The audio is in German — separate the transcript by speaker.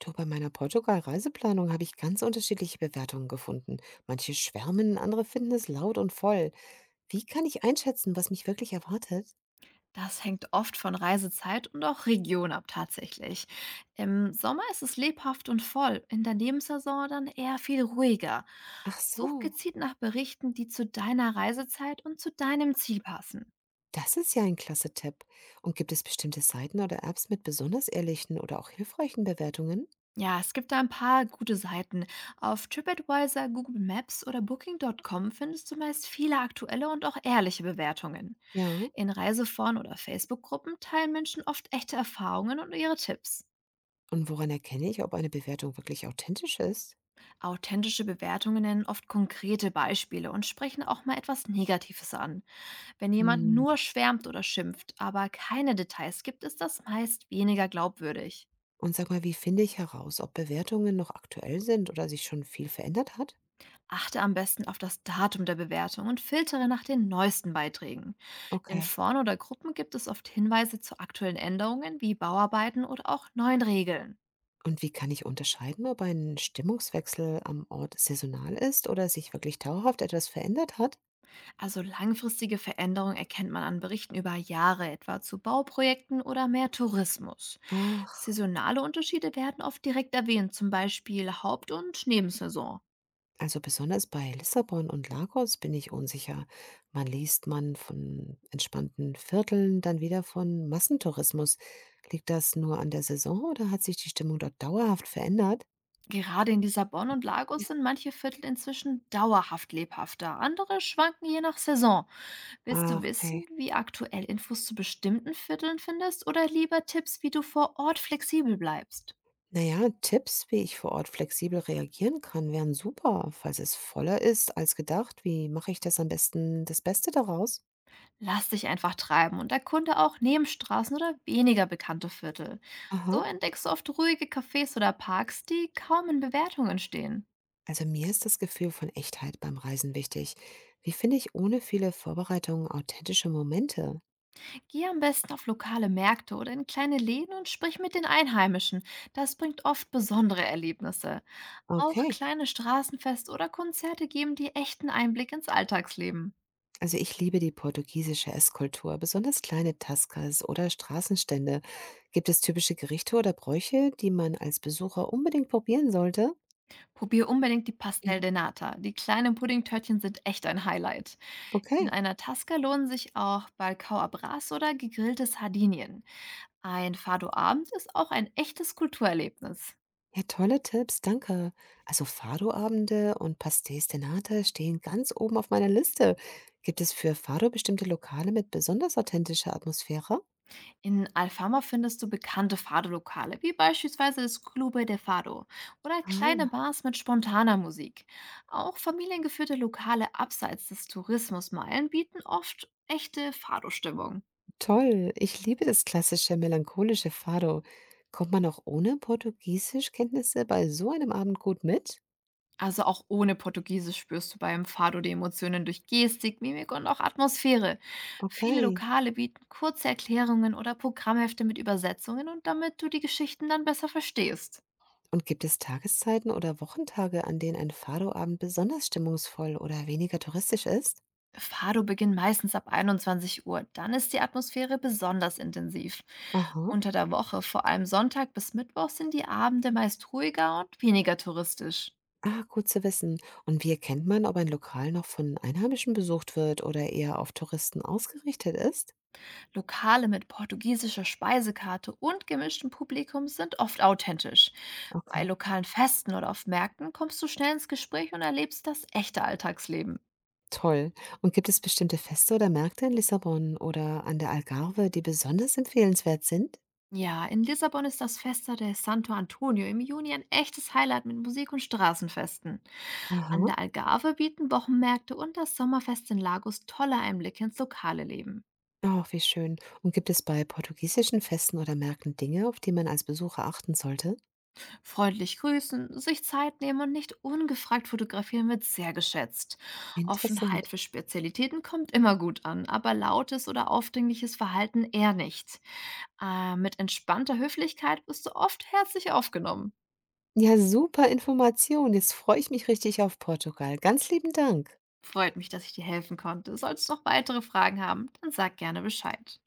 Speaker 1: Du, bei meiner Portugal-Reiseplanung habe ich ganz unterschiedliche Bewertungen gefunden. Manche schwärmen, andere finden es laut und voll. Wie kann ich einschätzen, was mich wirklich erwartet?
Speaker 2: Das hängt oft von Reisezeit und auch Region ab tatsächlich. Im Sommer ist es lebhaft und voll, in der Nebensaison dann eher viel ruhiger.
Speaker 1: Ach
Speaker 2: Such
Speaker 1: so,
Speaker 2: gezielt nach Berichten, die zu deiner Reisezeit und zu deinem Ziel passen.
Speaker 1: das ist ja ein klasse Tipp. Und gibt es bestimmte Seiten oder Apps mit besonders ehrlichen oder auch hilfreichen Bewertungen?
Speaker 2: Ja, es gibt da ein paar gute Seiten. Auf TripAdvisor, Google Maps oder Booking.com findest du meist viele aktuelle und auch ehrliche Bewertungen.
Speaker 1: Ja.
Speaker 2: In Reiseforen oder Facebook-Gruppen teilen Menschen oft echte Erfahrungen und ihre Tipps.
Speaker 1: Und woran erkenne ich, ob eine Bewertung wirklich authentisch ist?
Speaker 2: Authentische Bewertungen nennen oft konkrete Beispiele und sprechen auch mal etwas Negatives an. Wenn jemand
Speaker 1: Hm.
Speaker 2: nur schwärmt oder schimpft, aber keine Details gibt, ist das meist weniger glaubwürdig.
Speaker 1: Und sag mal, wie finde ich heraus, ob Bewertungen noch aktuell sind oder sich schon viel verändert hat?
Speaker 2: Achte am besten auf das Datum der Bewertung und filtere nach den neuesten Beiträgen. In
Speaker 1: Okay.
Speaker 2: Foren oder Gruppen gibt es oft Hinweise zu aktuellen Änderungen wie Bauarbeiten oder auch neuen Regeln.
Speaker 1: Und wie kann ich unterscheiden, ob ein Stimmungswechsel am Ort saisonal ist oder sich wirklich dauerhaft etwas verändert hat?
Speaker 2: Also langfristige Veränderungen erkennt man an Berichten über Jahre, etwa zu Bauprojekten oder mehr Tourismus.
Speaker 1: Ach,
Speaker 2: Saisonale Unterschiede werden oft direkt erwähnt, zum Beispiel Haupt- und Nebensaison.
Speaker 1: also besonders bei Lissabon und Lagos bin ich unsicher. Man liest man von entspannten Vierteln, dann wieder von Massentourismus. Liegt das nur an der Saison oder hat sich die Stimmung dort dauerhaft verändert?
Speaker 2: Gerade in Lissabon und Lagos sind manche Viertel inzwischen dauerhaft lebhafter, andere schwanken je nach Saison. Willst
Speaker 1: Ah,
Speaker 2: du
Speaker 1: okay.
Speaker 2: wissen, wie aktuell Infos zu bestimmten Vierteln findest oder lieber Tipps, wie du vor Ort flexibel bleibst?
Speaker 1: Naja, Tipps, wie ich vor Ort flexibel reagieren kann, wären super. Falls es voller ist als gedacht, wie mache ich das am besten, das Beste daraus?
Speaker 2: Lass dich einfach treiben und erkunde auch Nebenstraßen oder weniger bekannte Viertel.
Speaker 1: Aha.
Speaker 2: So entdeckst du oft ruhige Cafés oder Parks, die kaum in Bewertungen stehen.
Speaker 1: Also mir ist das Gefühl von Echtheit beim Reisen wichtig. Wie finde ich ohne viele Vorbereitungen authentische Momente?
Speaker 2: Geh am besten auf lokale Märkte oder in kleine Läden und sprich mit den Einheimischen. Das bringt oft besondere Erlebnisse. Auch
Speaker 1: Okay.
Speaker 2: kleine Straßenfeste oder Konzerte geben dir echten Einblick ins Alltagsleben.
Speaker 1: Also ich liebe die portugiesische Esskultur, besonders kleine Tascas oder Straßenstände. Gibt es typische Gerichte oder Bräuche, die man als Besucher unbedingt probieren sollte?
Speaker 2: Probier unbedingt die Pastel
Speaker 1: Mhm.
Speaker 2: de Nata. Die kleinen Puddingtörtchen sind echt ein Highlight. In
Speaker 1: Okay.
Speaker 2: einer Tasca lohnen sich auch Balcao Abras oder gegrilltes Sardinien. Ein Fado-Abend ist auch ein echtes Kulturerlebnis.
Speaker 1: Ja, tolle Tipps, danke. Also Fado-Abende und Pastéis de Nata stehen ganz oben auf meiner Liste. Gibt es für Fado bestimmte Lokale mit besonders authentischer Atmosphäre?
Speaker 2: In Alfama findest du bekannte Fado-Lokale, wie beispielsweise das Clube de Fado oder kleine
Speaker 1: Ah,
Speaker 2: Bars mit spontaner Musik. Auch familiengeführte Lokale abseits des Tourismusmeilen bieten oft echte Fado-Stimmung.
Speaker 1: toll, ich liebe das klassische melancholische Fado. Kommt man auch ohne Portugiesischkenntnisse bei so einem Abend gut mit?
Speaker 2: Also auch ohne Portugiesisch spürst du beim Fado die Emotionen durch Gestik, Mimik und auch Atmosphäre. Viele
Speaker 1: Okay.
Speaker 2: Lokale bieten kurze Erklärungen oder Programmhefte mit Übersetzungen und damit du die Geschichten dann besser verstehst.
Speaker 1: Und gibt es Tageszeiten oder Wochentage, an denen ein Fado-Abend besonders stimmungsvoll oder weniger touristisch ist?
Speaker 2: Fado beginnt meistens ab 21 Uhr. Dann ist die Atmosphäre besonders intensiv.
Speaker 1: Aha.
Speaker 2: Unter der Woche, vor allem Sonntag bis Mittwoch, sind die Abende meist ruhiger und weniger touristisch.
Speaker 1: Ah, gut zu wissen. Und wie erkennt man, ob ein Lokal noch von Einheimischen besucht wird oder eher auf Touristen ausgerichtet ist?
Speaker 2: Lokale mit portugiesischer Speisekarte und gemischtem Publikum sind oft authentisch. Bei
Speaker 1: Okay.
Speaker 2: lokalen Festen oder auf Märkten kommst du schnell ins Gespräch und erlebst das echte Alltagsleben.
Speaker 1: Toll. Und gibt es bestimmte Feste oder Märkte in Lissabon oder an der Algarve, die besonders empfehlenswert sind?
Speaker 2: Ja, in Lissabon ist das Festa de Santo Antonio im Juni ein echtes Highlight mit Musik und Straßenfesten. An
Speaker 1: Aha.
Speaker 2: der Algarve bieten Wochenmärkte und das Sommerfest in Lagos tolle Einblicke ins lokale Leben.
Speaker 1: Ach, wie schön. Und gibt es bei portugiesischen Festen oder Märkten Dinge, auf die man als Besucher achten sollte?
Speaker 2: Freundlich grüßen, sich Zeit nehmen und nicht ungefragt fotografieren wird sehr geschätzt. Offenheit
Speaker 1: Interessant.
Speaker 2: für Spezialitäten kommt immer gut an, aber lautes oder aufdringliches Verhalten eher nicht. Mit entspannter Höflichkeit wirst du oft herzlich aufgenommen.
Speaker 1: Ja, super Information. Jetzt freue ich mich richtig auf Portugal. Ganz lieben Dank.
Speaker 2: Freut mich, dass ich dir helfen konnte. Solltest du noch weitere Fragen haben, dann sag gerne Bescheid.